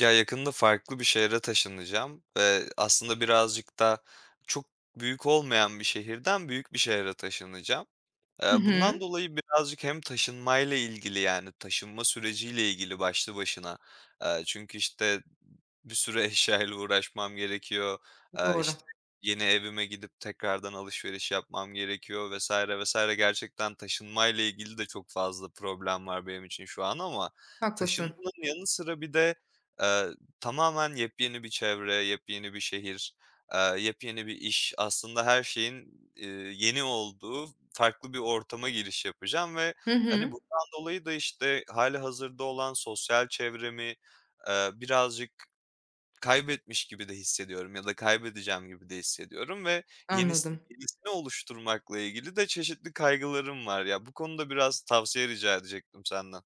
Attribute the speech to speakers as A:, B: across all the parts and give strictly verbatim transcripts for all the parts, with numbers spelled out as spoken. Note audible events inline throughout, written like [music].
A: Ya, yakında farklı bir şehre taşınacağım ve aslında birazcık da çok büyük olmayan bir şehirden büyük bir şehre taşınacağım.
B: Hı
A: Eee, bundan
B: hı.
A: dolayı birazcık hem taşınmayla ilgili, yani, taşınma süreciyle ilgili başlı başına, eee, çünkü, işte, bir sürü [laughs] eşyayla uğraşmam gerekiyor. Eee,
B: Doğru.
A: işte, yeni evime gidip tekrardan alışveriş yapmam gerekiyor vesaire vesaire. Gerçekten taşınmayla ilgili de çok fazla problem var benim için şu an, ama
B: Haklısın.
A: taşınmanın yanı sıra bir de, eee, tamamen yepyeni bir çevre, yepyeni bir şehir. Eee, yepyeni bir iş, aslında her şeyin, eee, yeni olduğu farklı bir ortama giriş yapacağım ve,
B: Hı
A: hani,
B: hı.
A: bundan dolayı da, işte, hali hazırda olan sosyal çevremi, eee, birazcık kaybetmiş gibi de hissediyorum ya da kaybedeceğim gibi de hissediyorum ve yenis
B: Anladım.
A: yenisini oluşturmakla ilgili de çeşitli kaygılarım var. Ya, bu konuda biraz tavsiye rica edecektim senden.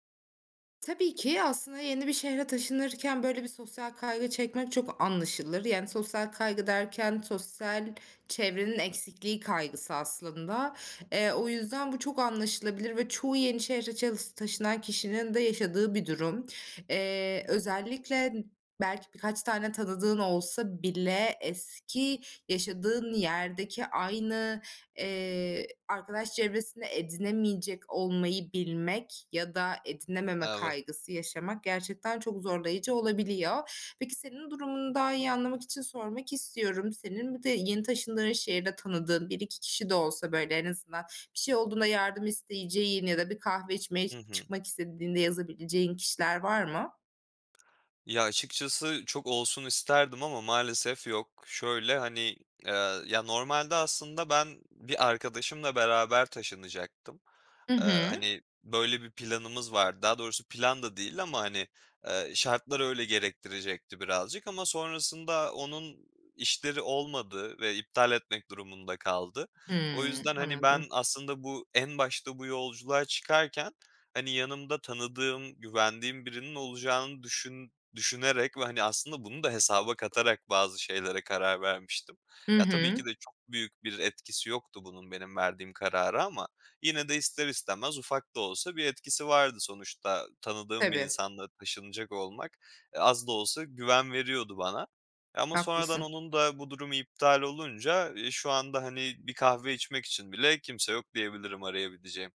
B: Tabii ki aslında yeni bir şehre taşınırken böyle bir sosyal kaygı çekmek çok anlaşılır. Yani sosyal kaygı derken sosyal çevrenin eksikliği kaygısı aslında. Eee, o yüzden bu çok anlaşılabilir ve çoğu yeni şehre çalış- taşınan kişinin de yaşadığı bir durum. Eee, özellikle belki birkaç tane tanıdığın olsa bile eski yaşadığın yerdeki aynı Eee, arkadaş çevresinde edinemeyecek olmayı bilmek ya da edinememe
A: Evet.
B: kaygısı yaşamak gerçekten çok zorlayıcı olabiliyor. Peki, senin durumunu daha iyi anlamak için sormak istiyorum. Senin bir de yeni taşındığın şehirde tanıdığın bir iki kişi de olsa, böyle, en azından bir şey olduğunda yardım isteyeceğin ya da bir kahve içmeye
A: Hı hı.
B: çıkmak istediğinde yazabileceğin kişiler var mı?
A: Ya, açıkçası çok olsun isterdim ama maalesef yok. Şöyle, hani, eee, ya, normalde aslında ben bir arkadaşımla beraber taşınacaktım.
B: Hı
A: Eee,
B: hı.
A: hani, böyle bir planımız vardı. Daha doğrusu plan da değil ama, hani, eee, şartlar öyle gerektirecekti birazcık, ama sonrasında onun işleri olmadı ve iptal etmek durumunda kaldı. O
B: Hımm,
A: yüzden, hani, ben
B: anladım.
A: aslında bu en başta bu yolculuğa çıkarken, hani, yanımda tanıdığım, güvendiğim birinin olacağını düşün Düşünerek ve, hani, aslında bunu da hesaba katarak bazı şeylere karar vermiştim.
B: Hı
A: Ya, tabii ki de
B: hı.
A: çok büyük bir etkisi yoktu bunun benim verdiğim karara, ama yine de ister istemez ufak da olsa bir etkisi vardı. Sonuçta tanıdığım bir
B: Tabii,
A: insanla taşınacak olmak, eee, az da olsa güven veriyordu bana. Ama sonradan
B: haklısın.
A: onun da bu durumu iptal olunca, eee, şu anda, hani, bir kahve içmek için bile kimse yok diyebilirim arayabileceğim.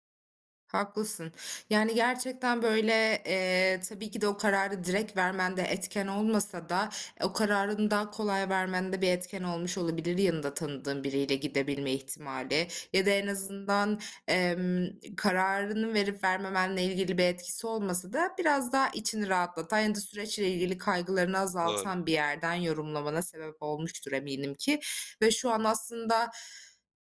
B: Haklısın. Yani gerçekten böyle, eee, tabii ki de o kararı direkt vermende etken olmasa da e, o kararın daha kolay vermende bir etken olmuş olabilir yanında tanıdığın biriyle gidebilme ihtimali ya da en azından, emm, kararını verip vermemenle ilgili bir etkisi olmasa da biraz daha içini rahatlatan ya da süreçle ilgili kaygılarını
A: Doğru.
B: azaltan bir yerden yorumlamana sebep olmuştur eminim ki ve şu an aslında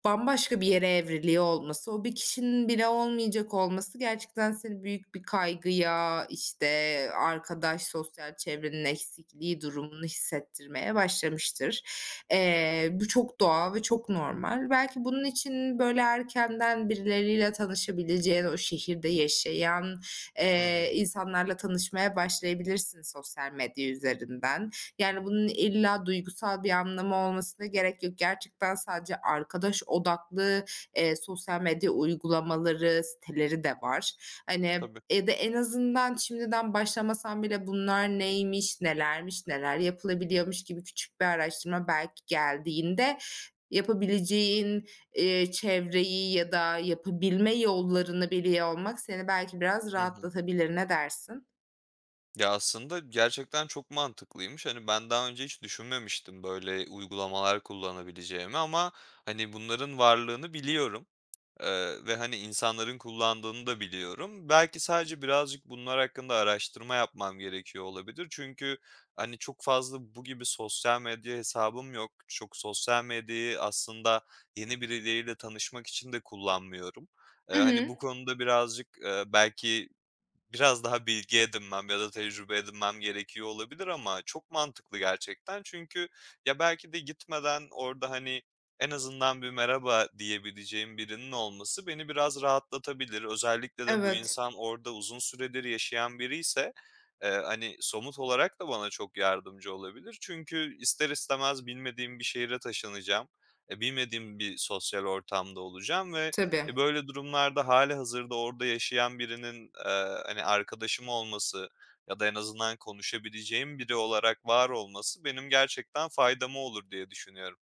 B: bambaşka bir yere evriliyor olması, o bir kişinin bile olmayacak olması gerçekten seni büyük bir kaygıya, işte, arkadaş, sosyal çevrenin eksikliği durumunu hissettirmeye başlamıştır. Eee, bu çok doğal ve çok normal. Belki bunun için, böyle, erkenden birileriyle tanışabileceğin, o şehirde yaşayan,
A: Hı
B: eee,
A: hı.
B: insanlarla tanışmaya başlayabilirsin sosyal medya üzerinden. Yani, bunun illa duygusal bir anlamı olmasına gerek yok. Gerçekten sadece arkadaş odaklı, eee, sosyal medya uygulamaları, siteleri de var. Hani,
A: Tabii.
B: ya da en azından şimdiden başlamasan bile bunlar neymiş, nelermiş, neler yapılabiliyormuş gibi küçük bir araştırma belki geldiğinde yapabileceğin, eee, çevreyi ya da yapabilme yollarını biliyor olmak seni belki biraz
A: Hı hı.
B: rahatlatabilir. Ne dersin?
A: Ya, aslında gerçekten çok mantıklıymış. Hani, ben daha önce hiç düşünmemiştim böyle uygulamalar kullanabileceğimi, ama, hani, bunların varlığını biliyorum, eee, ve, hani, insanların kullandığını da biliyorum. Belki sadece birazcık bunlar hakkında araştırma yapmam gerekiyor olabilir. Çünkü, hani, çok fazla bu gibi sosyal medya hesabım yok. Çok sosyal medyayı aslında yeni birileriyle tanışmak için de kullanmıyorum. Eee,
B: Hı
A: hani, bu
B: hı.
A: konuda birazcık, eee, belki biraz daha bilgi edinmem ya da tecrübe edinmem gerekiyor olabilir, ama çok mantıklı gerçekten. Çünkü ya belki de gitmeden orada, hani, en azından bir merhaba diyebileceğim birinin olması beni biraz rahatlatabilir. Özellikle de bu
B: Evet.
A: insan orada uzun süredir yaşayan biriyse, eee, hani, somut olarak da bana çok yardımcı olabilir. Çünkü ister istemez bilmediğim bir şehre taşınacağım. E, bilmediğim bir sosyal ortamda olacağım ve
B: Tabii.
A: e, böyle durumlarda hali hazırda orada yaşayan birinin, eee, hani, arkadaşım olması ya da en azından konuşabileceğim biri olarak var olması benim gerçekten faydama olur diye düşünüyorum.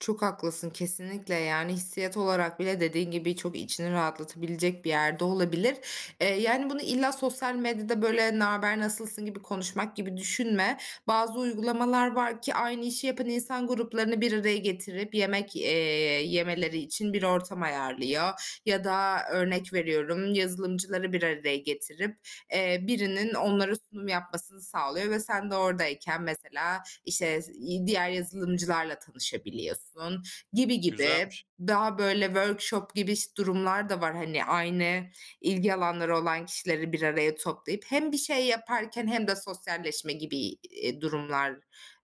B: Çok haklısın kesinlikle, yani, hissiyat olarak bile dediğin gibi çok içini rahatlatabilecek bir yerde olabilir. Eee, yani, bunu illa sosyal medyada, böyle, "Naber, nasılsın?" gibi konuşmak gibi düşünme. Bazı uygulamalar var ki aynı işi yapan insan gruplarını bir araya getirip yemek, eee, yemeleri için bir ortam ayarlıyor ya da örnek veriyorum, yazılımcıları bir araya getirip, eee, birinin onlara sunum yapmasını sağlıyor ve sen de oradayken mesela işte diğer yazılımcılarla tanışabiliyorsun gibi gibi.
A: Güzelmiş.
B: Daha böyle workshop gibi durumlar da var. Hani aynı ilgi alanları olan kişileri bir araya toplayıp hem bir şey yaparken hem de sosyalleşme gibi, eee, durumlar,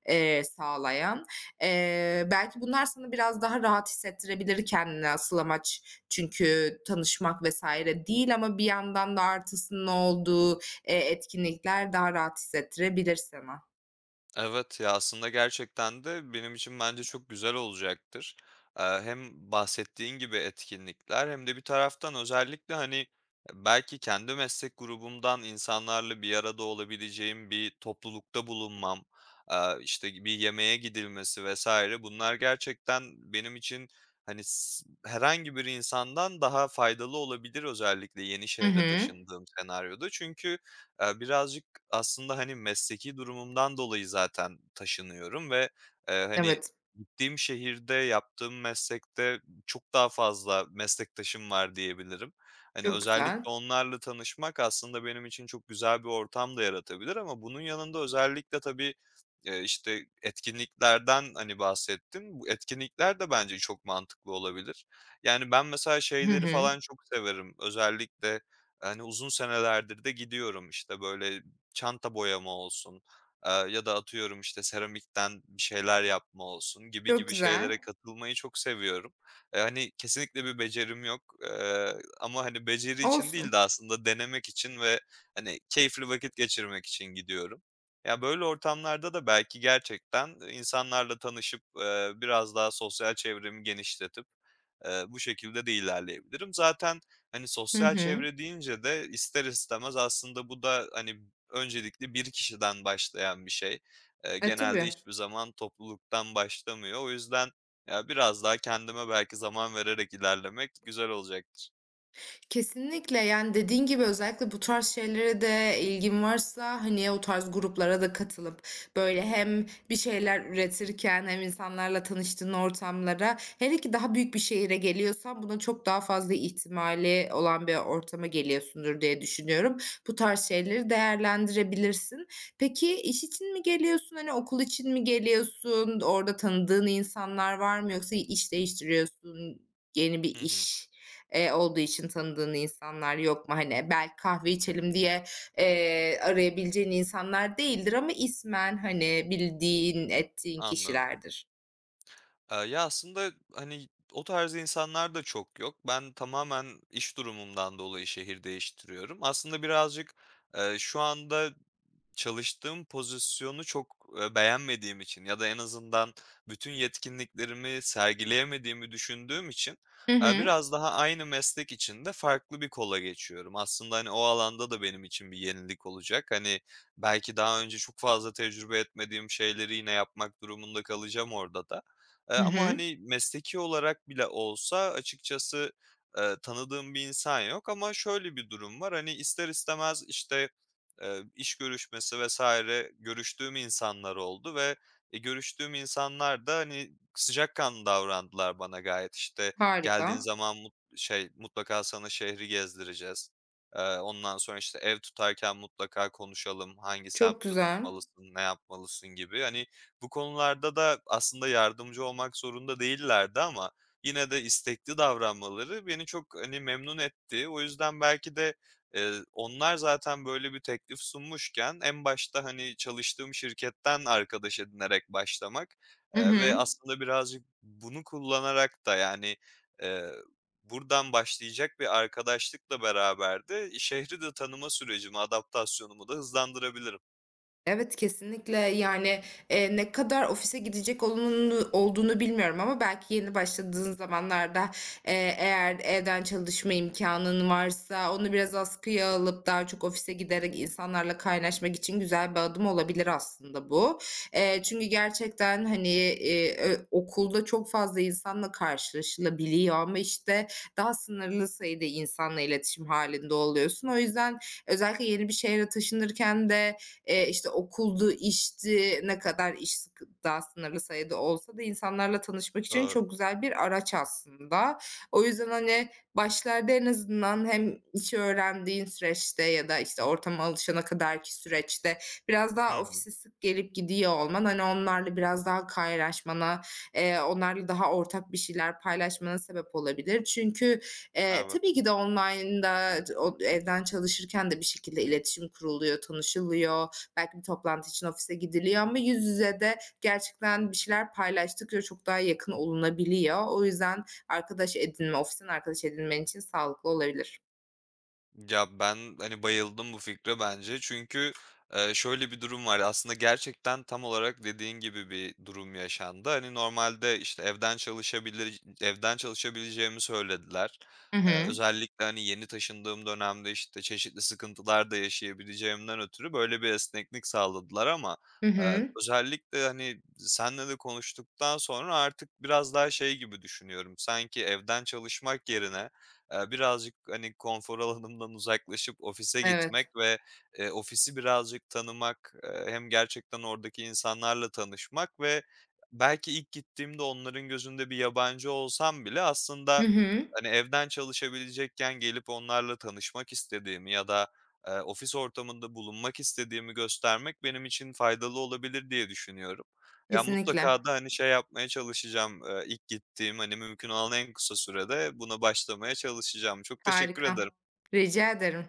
B: eee, sağlayan. Eee, belki bunlar sana biraz daha rahat hissettirebilir kendini. Asıl amaç çünkü tanışmak vesaire değil ama bir yandan da artısının olduğu, eee, etkinlikler daha rahat hissettirebilir sana.
A: Evet ya, aslında gerçekten de benim için bence çok güzel olacaktır. Eee, hem bahsettiğin gibi etkinlikler hem de bir taraftan özellikle, hani, belki kendi meslek grubumdan insanlarla bir arada olabileceğim bir toplulukta bulunmam, eee, işte, bir yemeğe gidilmesi vesaire bunlar gerçekten benim için, hani, s herhangi bir insandan daha faydalı olabilir, özellikle yeni
B: Hı
A: şehre
B: hı.
A: taşındığım senaryoda. Çünkü, eee, birazcık aslında, hani, mesleki durumumdan dolayı zaten taşınıyorum ve, eee, hani,
B: Evet,
A: gittiğim şehirde yaptığım meslekte çok daha fazla meslektaşım var diyebilirim. Hani,
B: çok güzel.
A: özellikle onlarla tanışmak aslında benim için çok güzel bir ortam da yaratabilir, ama bunun yanında özellikle tabii, eee, işte, etkinliklerden, hani, bahsettim. Bu etkinlikler de bence çok mantıklı olabilir. Yani, ben mesela
B: Hı
A: şeyleri
B: hı.
A: falan çok severim. Özellikle, hani, uzun senelerdir de gidiyorum, işte, böyle çanta boyama olsun, eee, ya da atıyorum, işte, seramikten bir şeyler yapma olsun gibi
B: Çok
A: gibi
B: güzel.
A: şeylere katılmayı çok seviyorum. Eee, hani, kesinlikle bir becerim yok, eee, ama, hani, beceri için değil de
B: Olsun.
A: aslında denemek için ve, hani, keyifli vakit geçirmek için gidiyorum. Ya, böyle ortamlarda da belki gerçekten insanlarla tanışıp, eee, biraz daha sosyal çevremi genişletip, eee, bu şekilde de ilerleyebilirim. Zaten, hani,
B: Hı
A: sosyal
B: hı.
A: çevre deyince de ister istemez aslında bu da, hani, öncelikle bir kişiden başlayan bir şey. Eee,
B: E,
A: genelde
B: tabii.
A: hiçbir zaman topluluktan başlamıyor. O yüzden, ya, biraz daha kendime belki zaman vererek ilerlemek güzel olacaktır.
B: Kesinlikle yani dediğin gibi özellikle bu tarz şeylere de ilgin varsa hani o tarz gruplara da katılıp böyle hem bir şeyler üretirken hem insanlarla tanıştığın ortamlara hele ki daha büyük bir şehire geliyorsan buna çok daha fazla ihtimali olan bir ortama geliyorsundur diye düşünüyorum. Bu tarz şeyleri değerlendirebilirsin. Peki iş için mi geliyorsun? Hani okul için mi geliyorsun? Orada tanıdığın insanlar var mı? Yoksa iş değiştiriyorsun? Yeni bir
A: Hı hı,
B: iş Eee, olduğu için tanıdığın insanlar yok mu? Hani, belki kahve içelim diye, eee, arayabileceğin insanlar değildir ama ismen, hani, bildiğin, ettiğin
A: anladım.
B: kişilerdir.
A: Eee, ya, aslında, hani, o tarz insanlar da çok yok. Ben tamamen iş durumumdan dolayı şehir değiştiriyorum. Aslında birazcık, eee, şu anda Çalıştığım pozisyonu çok, eee, beğenmediğim için ya da en azından bütün yetkinliklerimi sergileyemediğimi düşündüğüm için,
B: Hı
A: eee,
B: hı.
A: biraz daha aynı meslek içinde farklı bir kola geçiyorum. Aslında, hani, o alanda da benim için bir yenilik olacak. Hani, belki daha önce çok fazla tecrübe etmediğim şeyleri yine yapmak durumunda kalacağım orada da. Eee,
B: Hı
A: ama,
B: hı.
A: hani, mesleki olarak bile olsa açıkçası, eee, tanıdığım bir insan yok, ama şöyle bir durum var, hani, ister istemez, işte, Eee, iş görüşmesi vesaire görüştüğüm insanlar oldu ve, eee, görüştüğüm insanlar da, hani, sıcakkanlı davrandılar bana gayet. İşte,
B: Harika.
A: "Geldiğin zaman mut şey, mutlaka sana şehri gezdireceğiz. Eee, ondan sonra, işte, ev tutarken mutlaka konuşalım. Hangi
B: Çok
A: semtte
B: güzel.
A: tutmalısın, ne yapmalısın?" gibi. Hani, bu konularda da aslında yardımcı olmak zorunda değillerdi, ama yine de istekli davranmaları beni çok, hani, memnun etti. O yüzden belki de Eee, onlar zaten böyle bir teklif sunmuşken en başta, hani, çalıştığım şirketten arkadaş edinerek başlamak,
B: Hı
A: eee, ve
B: hı.
A: aslında birazcık bunu kullanarak da, yani, eee, buradan başlayacak bir arkadaşlıkla beraber de şehri de tanıma sürecimi, adaptasyonumu da hızlandırabilirim.
B: Evet kesinlikle yani e, ne kadar ofise gidecek olduğunu, olduğunu bilmiyorum ama belki yeni başladığın zamanlarda e, eğer evden çalışma imkanın varsa onu biraz askıya alıp daha çok ofise giderek insanlarla kaynaşmak için güzel bir adım olabilir aslında bu. E, çünkü gerçekten hani e, ö- okulda çok fazla insanla karşılaşılabiliyor ama işte daha sınırlı sayıda insanla iletişim halinde oluyorsun. O yüzden özellikle yeni bir şehre taşınırken de e, işte okuldu, işti, ne kadar iş daha sınırlı sayıda olsa da insanlarla tanışmak için
A: Doğru.
B: çok güzel bir araç aslında. O yüzden hani başlarda en azından hem işi öğrendiğin süreçte ya da işte ortama alışana kadarki süreçte biraz
A: Hı
B: daha
A: hı.
B: ofise sık gelip gidiyor olman hani onlarla biraz daha kaynaşmana, eee, onlarla daha ortak bir şeyler paylaşmana sebep olabilir. Çünkü, eee,
A: Evet.
B: tabii ki de online'da o evden çalışırken de bir şekilde iletişim kuruluyor, tanışılıyor belki bir toplantı için ofise gidiliyor ama yüz yüze de gerçekten bir şeyler paylaştıkça çok daha yakın olunabiliyor. O yüzden arkadaş edinme, ofisten arkadaş edinmen için sağlıklı olabilir.
A: Ya, ben, hani, bayıldım bu fikre bence. Çünkü, eee, şöyle bir durum var. Aslında gerçekten tam olarak dediğin gibi bir durum yaşandı. Hani, normalde, işte, evden çalışabilir evden çalışabileceğimi söylediler.
B: Hı
A: Eee,
B: hı.
A: özellikle, hani, yeni taşındığım dönemde, işte, çeşitli sıkıntılar da yaşayabileceğimden ötürü böyle bir esneklik sağladılar, ama,
B: Hı
A: eee,
B: hı.
A: özellikle, hani, senle de konuştuktan sonra artık biraz daha şey gibi düşünüyorum. Sanki evden çalışmak yerine, Eee, birazcık, hani, konfor alanımdan uzaklaşıp ofise
B: Evet.
A: gitmek ve, eee, ofisi birazcık tanımak, eee, hem gerçekten oradaki insanlarla tanışmak ve belki ilk gittiğimde onların gözünde bir yabancı olsam bile aslında,
B: Hı hı.
A: hani, evden çalışabilecekken gelip onlarla tanışmak istediğimi ya da, eee, ofis ortamında bulunmak istediğimi göstermek benim için faydalı olabilir diye düşünüyorum. Ya,
B: Kesinlikle.
A: mutlaka da, hani, şey yapmaya çalışacağım, eee, ilk gittiğim, hani, mümkün olan en kısa sürede buna başlamaya çalışacağım. Çok teşekkür
B: Harika.
A: ederim.
B: Rica ederim.